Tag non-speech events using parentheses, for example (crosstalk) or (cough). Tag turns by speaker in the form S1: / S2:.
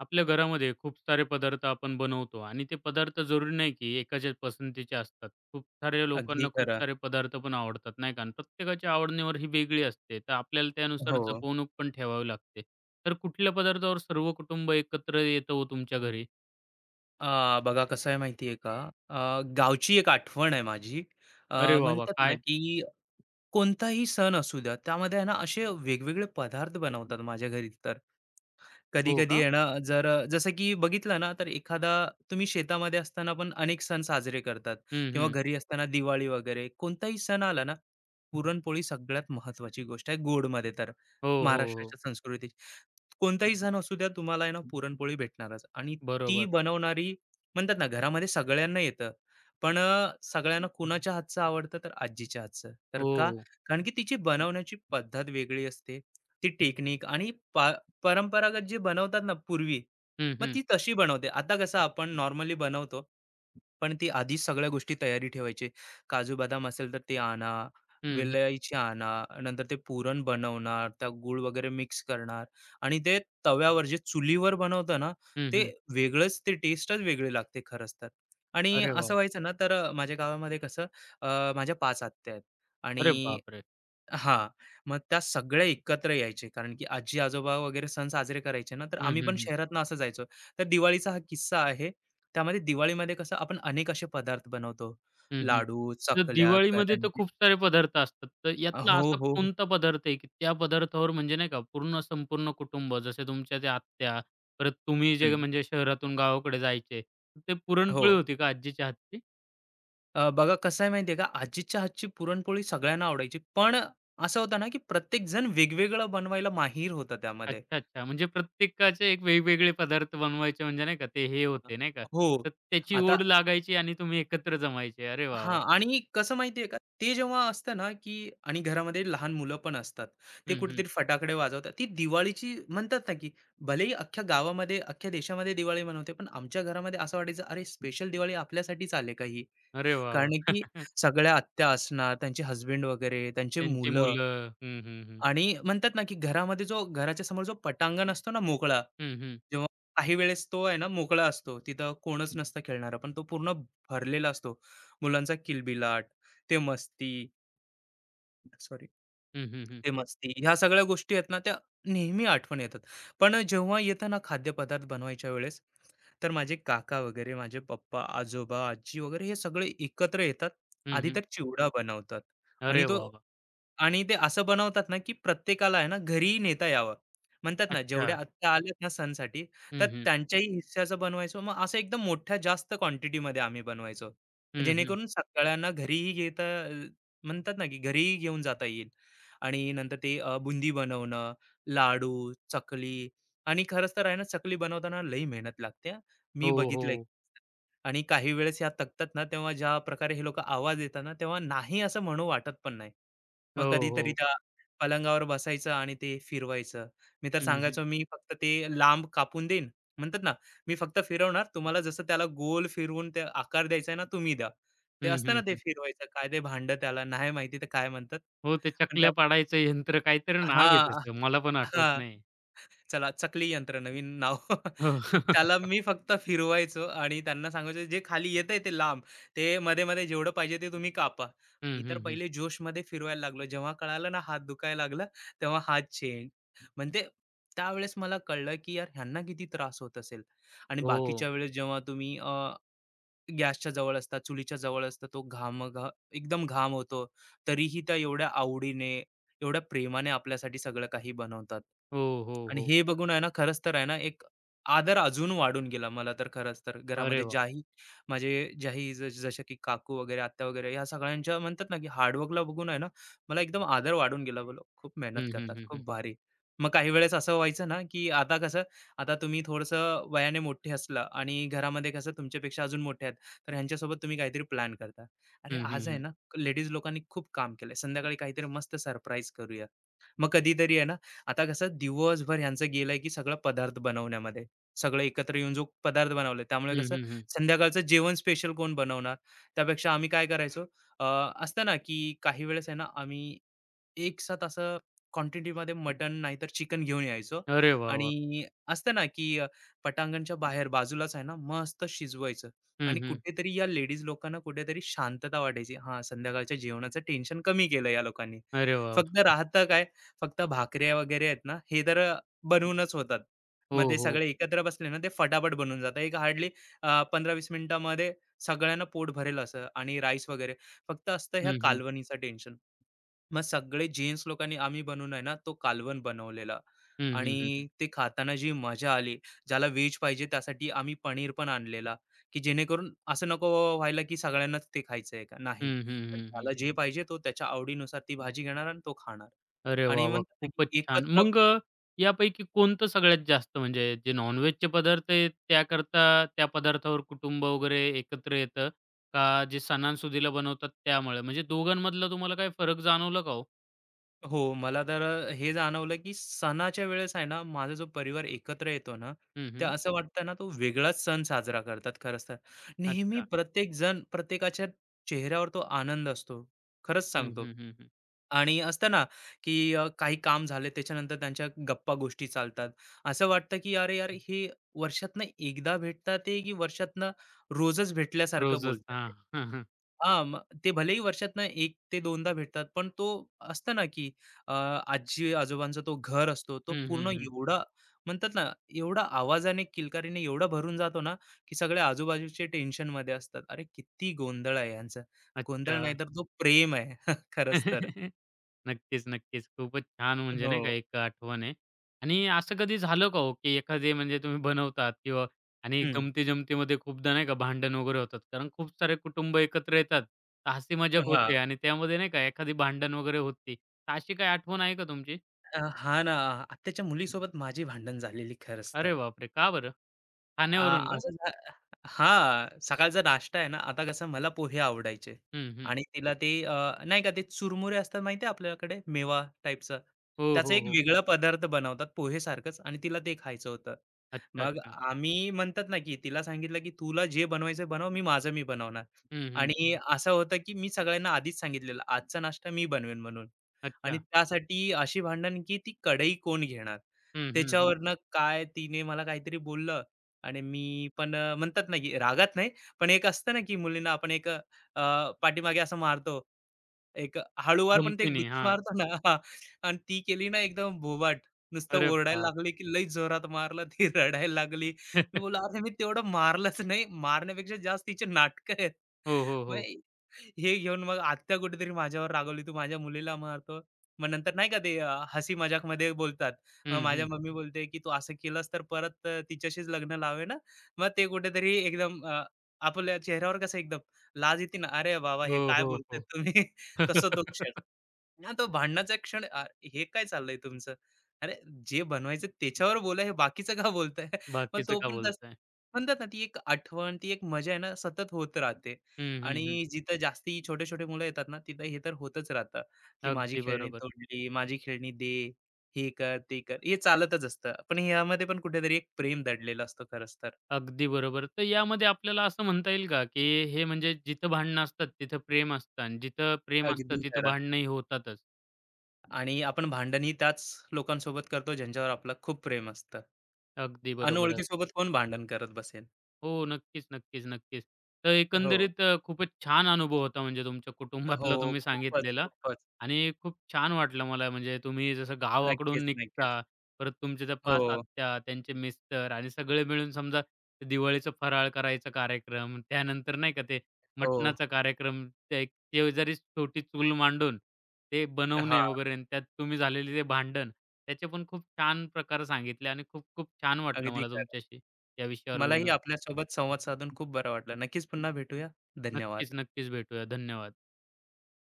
S1: आपल्या घरामध्ये खूप सारे पदार्थ आपण बनवतो आणि ते पदार्थ जरुरी नाही की एकाच्याच पसंतीचे असतात. खूप साऱ्या
S2: अगदी
S1: लोकांना खूप
S2: खरं.
S1: सारे पदार्थ पण आवडतात, नाही का? आणि प्रत्येकाच्या आवडीनिवड ही वेगळी असते. तर आपल्याला त्यानुसार
S2: हो.
S1: जपवणूक पण ठेवावी लागते. तर कुठल्या पदार्थावर सर्व कुटुंब एकत्र येतं हो तुमच्या घरी?
S2: बघा कसं आहे माहिती आहे का? गावची एक आठवण आहे माझी.
S1: अरे
S2: अ,
S1: वाह, वाह!
S2: म्हणतात ना,
S1: काय?
S2: की कोणताही सण असू द्या, त्यामध्ये आहे ना असे वेगवेगळे पदार्थ बनवतात माझ्या घरी तर.
S1: हो
S2: कधी-कधी
S1: का?
S2: आहे ना, जर जसं की बघितलं ना, तर एखादा तुम्ही शेतामध्ये असताना पण अनेक सण साजरे करतात
S1: हं,
S2: किंवा
S1: हं.
S2: घरी असताना दिवाळी वगैरे. कोणताही सण आला ना, पुरणपोळी सगळ्यात महत्त्वाची गोष्ट आहे गोडमध्ये तर,
S1: हो, हो, हो.
S2: महाराष्ट्राच्या संस्कृतीत. कोणताही सण असू द्या तुम्हाला आहे ना पुरणपोळी भेटणारच आणि ती
S1: बरोबर.
S2: बनवणारी म्हणतात ना घरामध्ये सगळ्यांना येतं पण सगळ्यांना कुणाच्या हातचं आवडतं तर आजीच्या हातचं तर
S1: हो,
S2: का
S1: हो.
S2: कारण की तिची बनवण्याची पद्धत वेगळी असते ती टेक्निक आणि परंपरागत जे बनवतात ना पूर्वी
S1: हं,
S2: मग
S1: हं.
S2: ती तशी बनवते आता कसं आपण नॉर्मली बनवतो पण ते आधीच सगळ्या गोष्टी तयारी ठेवायचे. काजू बदाम असेल तर ते आणा,
S1: हं, हं.
S2: वेलायची आणा, नंतर ते पुरण बनवणार, त्या गूळ वगैरे मिक्स करणार आणि ते तव्यावर जे चुलीवर बनवतं ना,
S1: हं,
S2: ते
S1: हं.
S2: वेगळंच ते टेस्टच वेगळी लागते खरंच तर. आणि
S1: अरे
S2: असं
S1: वाह!
S2: व्हायचं ना तर माझ्या गावामध्ये कसं माझ्या 5 आत्या आहेत
S1: अरे
S2: आणि
S1: बापरे!
S2: हां. मग त्या सगळ्या एकत्र यायचे. कारण की आजी-आजोबा वगैरे सण साजरे करायचे ना, तर
S1: हं,
S2: आम्ही
S1: हं,
S2: पण
S1: हं.
S2: शहरातनं असं जायचो. तर दिवाळीचा हा किस्सा आहे. त्यामध्ये दिवाळीमध्ये कसं आपण अनेक असे पदार्थ बनवतो.
S1: हं, हं.
S2: लाडू,
S1: तर
S2: चकल्या,
S1: दिवाळीमध्ये तर
S2: करंजी.
S1: खूप सारे पदार्थ असतात. तर यातला
S2: हो,
S1: असा
S2: हो. हो.
S1: कोणता पदार्थ आहे, की त्या पदार्थावर म्हणजे नाही का पूर्ण संपूर्ण कुटुंब जसे तुमच्या त्या आत्या, परत तुम्ही जे
S2: हं.
S1: म्हणजे शहरातून गावाकडे जायचे. ते पुरणपोळी
S2: हो.
S1: होती का आजीच्या हातची?
S2: बघा कसं आहे माहिती का, आजीच्या हातची पुरणपोळी सगळ्यांना आवडायची. पण असं होतं ना, की प्रत्येकजण वेगवेगळं बनवायला माहिर होता त्यामध्ये.
S1: अच्छा, अच्छा. म्हणजे प्रत्येकाचे एक वेगवेगळे पदार्थ बनवायचे म्हणजे नाही का ते हे
S2: हा,
S1: होते नाही का.
S2: हो.
S1: तर त्याची
S2: आता
S1: ओढ लागायची आणि तुम्ही एकत्र जमायचे. अरे वाह,
S2: हां,
S1: वाह!
S2: आणि कसं माहिती का, ते जेव्हा असतं ना, की आणि घरामध्ये लहान मुलं पण असतात. ते
S1: हं, हं.
S2: कुठेतरी फटाकडे वाजवतात. ती दिवाळीची म्हणतात ना, की भलेही अख्ख्या गावामध्ये, अख्ख्या देशामध्ये दिवाळी मनवते, पण आमच्या घरामध्ये असं वाटायचं, "अरे, स्पेशल दिवाळी आपल्यासाठीच आली का ही?"
S1: अरे वाह, वाह!
S2: कारण की
S1: (laughs)
S2: सगळ्या आत्या असणार, त्यांचे हसबँड वगैरे, त्यांचे
S1: त्यांची
S2: मुलं.
S1: मुलं. हं, हं, हं.
S2: आणि म्हणतात ना, की घरामध्ये जो घराच्या समोर जो पटांगण असतो ना मोकळा,
S1: हं, हं.
S2: जेव्हा काही वेळेस तो आहे ना मोकळा असतो. तिथं कोणच नसतं खेळणारं, पण तो पूर्ण भरलेला असतो. मुलांचा किलबिलाट, ते मस्ती, सॉरी,
S1: हं, हं, हं.
S2: ते मस्ती ह्या सगळ्या गोष्टी आहेत ना, त्या नेहमी आठवण येतात. पण जेव्हा येतं ना खाद्यपदार्थ बनवायच्या वेळेस तर माझे काका वगैरे, माझे पप्पा, आजोबा, आजी वगैरे हे सगळे एकत्र येतात. आधी
S1: हं,
S2: तर चिवडा बनवतात आणि
S1: अरे
S2: तो,
S1: वाह, वाह!
S2: आणि ते असं बनवतात ना, की प्रत्येकाला आहे ना, घरी नेता यावं. म्हणतात ना,
S1: अच्छा.
S2: जेवढ्या आत्या आल्यात ना सणासाठी, तर
S1: हं, हं.
S2: त्यांच्याही हिश्श्याचं बनवायचो. मग असं एकदम मोठ्या जास्त क्वांटिटीमध्ये आम्ही बनवायचो.
S1: हं, हं.
S2: जेणेकरून सगळ्यांना घरीही घेता, म्हणतात ना, की घरीही घेऊन जाता येईल. आणि नंतर ते बुंदी बनवणं, लाडू, चकली. आणि खरंच तर आहे ना, चकली बनवताना लई मेहनत लागते.
S1: हो,
S2: मी बघितलंय.
S1: हो.
S2: आणि काही वेळेस या तकतात ना, तेव्हा ज्या प्रकारे हे लोकं आवाज येतात ना, तेव्हा नाही असं म्हणू वाटत पण नाही.
S1: हो,
S2: मग कधीतरी
S1: हो.
S2: त्या पलंगावर बसायचं आणि ते फिरवायचं. मी तर
S1: हं, हं.
S2: सांगायचो, "मी फक्त ते लांब कापून देईन." म्हणतात ना, "मी फक्त फिरवणार. तुम्हाला जसं त्याला गोल फिरवून ते आकार द्यायचा आहे ना, तुम्ही द्या." ते
S1: हं,
S2: असतं ना,
S1: हं,
S2: ते
S1: हं.
S2: फिरवायचं. काय ते भांडं त्याला नाही माहिती तर काय म्हणतात.
S1: हो, ते
S2: पण त्या,
S1: चकल्या पाडायचं यंत्र काहीतरी नाव आहे
S2: हां,
S1: त्याचं. मला पण आठवत
S2: हां.
S1: नाही. हो.
S2: चला, चकली यंत्र नवीन नाव. (laughs) त्याला
S1: (laughs)
S2: मी फक्त फिरवायचो आणि त्यांना सांगायचो जे खाली येतंय ते लांब. ते मध्ये-मध्ये जेवढं पाहिजे ते तुम्ही कापा.
S1: हं,
S2: मी तर
S1: हं, हं.
S2: पहिले जोशमध्ये फिरवायला लागलो. जेव्हा कळालं ना हात दुखायला लागला, तेव्हा हात चेंज. म्हणजे त्यावेळेस मला कळलं, की यार ह्यांना किती त्रास होत असेल. आणि बाकीच्या
S1: हो.
S2: वेळेस जेव्हा तुम्ही गॅसच्या जवळ असतात, चुलीच्या जवळ असतं, तो घाम घा एकदम घाम होतो. तरीही त्या एवढ्या आवडीने, एवढ्या प्रेमाने आपल्यासाठी सगळं काही बनवतात.
S1: हो, हो,
S2: आणि
S1: हो.
S2: हे बघून आहे ना, खरंच तर आहे ना, एक आदर अजून वाढून गेला मला तर खरंच तर.
S1: अरे
S2: घरामध्ये
S1: वाह!
S2: माझे ज्याही जसे की काकू वगैरे, आत्या वगैरे ह्या सगळ्यांच्या म्हणतात ना, की हार्डवर्कला बघून आहे ना, मला एकदम आदर वाढून गेला. बोललो, खूप मेहनत
S1: हं, हं,
S2: करतात,
S1: हं, हं.
S2: खूप भारी. मग काही वेळेस असं व्हायचं ना, की आता कसं, आता तुम्ही थोडंसं वयाने मोठे असला आणि घरामध्ये कसं तुमच्यापेक्षा अजून मोठे, तर ह्यांच्यासोबत तुम्ही काहीतरी प्लॅन करता. अरे,
S1: हं, हं,
S2: आज आहे
S1: हं.
S2: ना, लेडीज लोकांनी खूप काम केलंय. संध्याकाळी काहीतरी मस्त सरप्राईज करूया. मग कधीतरी आहे ना, आता कसं दिवसभर ह्यांचं गेलंय, की सगळं पदार्थ बनवण्यामध्ये. सगळं एकत्र येऊन जो पदार्थ बनवलाय, त्यामुळे
S1: हं,
S2: कसं
S1: हं, हं.
S2: संध्याकाळचं जेवण स्पेशल कोण बनवणार? त्यापेक्षा आम्ही काय करायचो, अ, असतं ना, की काही वेळेस आहे ना, आम्ही एकसाथ असं क्वांटिटीमध्ये मटण नाहीतर चिकन घेऊन यायचो.
S1: अरे वाह, वाह!
S2: आणि असतं ना, की पटांगणच्या बाहेर बाजूलाच आहे ना, मस्त शिजवायचं.
S1: हं,
S2: आणि
S1: हं.
S2: कुठेतरी या लेडीज लोकांना कुठेतरी शांतता वाटायची. हां, संध्याकाळच्या जेवणाचं टेन्शन कमी केलं या लोकांनी.
S1: अरे वाह,
S2: फक्त
S1: वाह!
S2: राहतं काय? फक्त भाकऱ्या वगैरे आहेत ना, हे तर बनवूनच होतात.
S1: हो,
S2: मग ते
S1: हो.
S2: सगळे एकत्र बसले ना, ते फटाफट बनून जातं. एक हार्डली 15 मिनिटामध्ये सगळ्यांना पोट भरेल असं आणि राईस वगैरे. फक्त असतं ह्या
S1: हं, हं.
S2: कालवणीचं टेन्शन. मग सगळे जेन्ट्स लोकांनी आम्ही बनवून आहे ना तो कालवण बनवलेला
S1: हं,
S2: आणि
S1: हं, हं, हं.
S2: ते खाताना जी मजा आली. ज्याला व्हेज पाहिजे त्यासाठी आम्ही पनीर पण आणलेला, की जेणेकरून असं नको व्हायला की सगळ्यांनाच ते खायचं आहे का नाही.
S1: हं, हं,
S2: तर
S1: हं, हं.
S2: ज्याला जे पाहिजे तो त्याच्या आवडीनुसार ती भाजी घेणार आणि तो खाणार.
S1: अरे
S2: आणि
S1: वाह, वाह!
S2: म्हणतात ना
S1: खूपच
S2: की
S1: छान.
S2: एकत्र.
S1: यापैकी कोणतं सगळ्यात जास्त म्हणजे जे नॉन-व्हेजचे पदार्थ आहेत, त्याकरता त्या पदार्थावर कुटुंब वगैरे एकत्र येतं का जे सणासुदीला बनवतात त्यामुळे? म्हणजे दोघांमधला तुम्हाला काही फरक जाणवला का हो?
S2: हो, मला तर हे जाणवलं, की सणाच्या वेळेस आहे ना, माझा जो परिवार एकत्र येतो ना,
S1: हं,
S2: ते
S1: हं.
S2: असं वाटतं ना, तो वेगळाच सण साजरा करतात खरंच तर. नेहमी
S1: अच्छा.
S2: प्रत्येक जण प्रत्येकाच्या चेहऱ्यावर तो आनंद असतो. खरंच
S1: हं,
S2: सांगतो.
S1: हं, हं, हं.
S2: आणि असतं ना, की काही काम झाले त्याच्यानंतर त्यांच्या गप्पा-गोष्टी चालतात. असं वाटतं, की अरे यार, हे वर्षातनं एकदा भेटतात ते, की वर्षातनं रोजच भेटल्यासारखं
S1: रोजच.
S2: बोलतात
S1: हां.
S2: ते.
S1: (laughs)
S2: हां, मग ते भलेही वर्षातनं 1 ते 2दा भेटतात, पण तो असतं ना, की अ, आजी-आजोबांचा तो घर असतो, तो
S1: हं, हं.
S2: पूर्ण
S1: हं, हं, हं.
S2: एवढा म्हणतात ना, एवढा आवाजाने, किलकारीने एवढा भरून जातो ना, की सगळे आजूबाजूचे टेन्शनमध्ये असतात. अरे, किती गोंधळ आहे ह्यांचा.
S1: अच्छा.
S2: गोंधळ नाही तर तो प्रेम आहे. (laughs) खरंच तर.
S1: (laughs) नक्कीच, नक्कीच. खूपच छान म्हणजे
S2: हो.
S1: नाही का एक आठवण आहे. आणि असं कधी झालं का हो, की एखादे म्हणजे तुम्ही बनवतात किंवा आणि
S2: हं.
S1: गमती-जमतीमध्ये खूपदा नाही का भांडण वगैरे होतात. कारण खूप सारे कुटुंब एकत्र येतात. तर हसी-मजाक
S2: हां.
S1: होते आणि त्यामध्ये नाही का एखादी भांडण वगैरे होती. तर अशी काही आठवण आहे का तुमची?
S2: हां ना. आत्याच्या मुलीसोबत माझी भांडण झालेली खरंच तर.
S1: अरे बापरे! का बरं?
S2: अ,
S1: ठाण्यावरून का?
S2: असं झा हां, सकाळचा नाश्ता आहे ना, आता कसं मला पोहे आवडायचे
S1: हं, हं.
S2: आणि तिला ते, नाही का ते चुरमुरे असतात माहिती आहे आपल्याकडे मेवा टाईपचं.
S1: हो,
S2: त्याचा
S1: हो,
S2: एक
S1: हो.
S2: वेगळा पदार्थ बनवतात पोहेसारखंच आणि तिला ते खायचं होतं.
S1: अच्छा,
S2: मग
S1: अच्छा.
S2: आम्ही म्हणतात ना, की तिला सांगितलं, की "तुला जे बनवायचं बनव, मी माझं मी बनवणार."
S1: हं, हं.
S2: आणि असं होतं, की मी सगळ्यांना आधीच सांगितलेलं, आजचा नाश्ता मी बनवेन म्हणून. आणि
S1: अच्छा.
S2: त्यासाठी अशी भांडण, की ती कढई कोण घेणार?
S1: हं, हं, हं.
S2: त्याच्यावरनं काय तिने मला काहीतरी बोललं आणि मी पण म्हणतात ना, की रागात नाही, पण एक असतं ना, की मुलींना आपण एक पाठीमागे असं मारतो. एक हळूवार पण ते
S1: गमतीने.
S2: गुच्छी
S1: हां.
S2: मारतो ना हां. आणि ती केली ना एकदम भोबाट. नुसतं
S1: अरे
S2: ओरडायला
S1: बाप!
S2: लागली, की लई जोरात मारलं. ती (laughs) रडायला लागली. मी बोललो,
S1: (laughs)
S2: "अरे, मी तेवढं मारलंच नाही." मारण्यापेक्षा जास्त तिची नाटक आहेत.
S1: हो, हो,
S2: मग
S1: हो.
S2: हे घेऊन मग आत्या कुठेतरी माझ्यावर रागवली, "तू माझ्या मुलीला मारतो." मग नंतर नाही का ते हसी मजाकमध्ये बोलतात. मग
S1: हं,
S2: माझ्या
S1: हं.
S2: मम्मी बोलते, की "तू असं केलंस तर परत तिच्याशीच लग्न लावे ना." मग ते कुठेतरी एकदम आपल्या चेहऱ्यावर कसं एकदम लाज येते ना, "अरे बाबा हे
S1: हो,
S2: काय
S1: हो,
S2: बोलताय
S1: हो.
S2: तुम्ही?" (laughs) तसं तो क्षण.
S1: (laughs)
S2: हां, तो भांडणाचा क्षण, हे काय चाललंय तुमचं? अरे, जे बनवायचं त्याच्यावर बोला, हे बाकीचं का बोलताय? (laughs) मग
S1: बाकीचं
S2: तो
S1: का
S2: पण तस
S1: बोलताय?
S2: म्हणतात ना, ती एक आठवण, ती एक मजा आहे ना, सतत होत राहते.
S1: हं, हं, हं.
S2: आणि जिथं जास्ती छोटे-छोटे मुलं येतात ना, तिथं हे तर होतच राहतं, की माझी
S1: अगदी
S2: खेळणी
S1: बरोबर.
S2: तोडली, माझी खेळणी दे, हे कर, ते कर. हे चालतच असतं. पण ह्यामध्ये पण कुठेतरी एक प्रेम दडलेलं असतं खरंच तर.
S1: अगदी बरोबर. तर यामध्ये आपल्याला असं म्हणता येईल का, की हे म्हणजे जिथं भांडणं असतात, तिथं प्रेम असतं आणि जिथं प्रेम असतं,
S2: अगदी
S1: तिथं
S2: खरं.
S1: भांडणंही होतातच.
S2: आणि आपण भांडणही त्याच लोकांसोबत करतो, ज्यांच्यावर आपलं खूप प्रेम असतं.
S1: अगदी बरोबर.
S2: अनोळखीसोबत कोण भांडण करत बसेल?
S1: हो. नक्कीच, नक्कीच, नक्कीच. तर
S2: हो,
S1: एकंदरीत अ, खूपच छान अनुभव होता म्हणजे तुमच्या
S2: हो.
S1: कुटुंबातला तुम्ही
S2: खूपच,
S1: सांगितलेला
S2: खूपच.
S1: आणि खूप छान वाटलं मला म्हणजे तुम्ही जसं
S2: नक्कीच,
S1: गावाकडून निघता,
S2: नक्कीच.
S1: परत तुमच्या त्या
S2: हो,
S1: 5 आत्या, त्यांचे मिस्टर आणि सगळे मिळून समजा दिवाळीचा फराळ करायचा कार्यक्रम, त्यानंतर नाही का ते
S2: हो.
S1: मटणाचा कार्यक्रम, ते एक शेजारी छोटी चूल मांडून ते बनवणे
S2: हां,
S1: वगैरे आणि त्यात तुम्ही झालेले ते भांडण, त्याचे पण खूप छान प्रकार सांगितले आणि खूप खूप छान वाटलं
S2: अगदी
S1: मला
S2: खरं.
S1: तुमच्याशी या विषयावर
S2: मलाही
S1: बोलून.
S2: आपल्यासोबत संवाद साधून खूप बरं वाटलं. नक्कीच पुन्हा भेटूया.
S1: नक्कीच,
S2: धन्यवाद.
S1: नक्कीच भेटूया. धन्यवाद.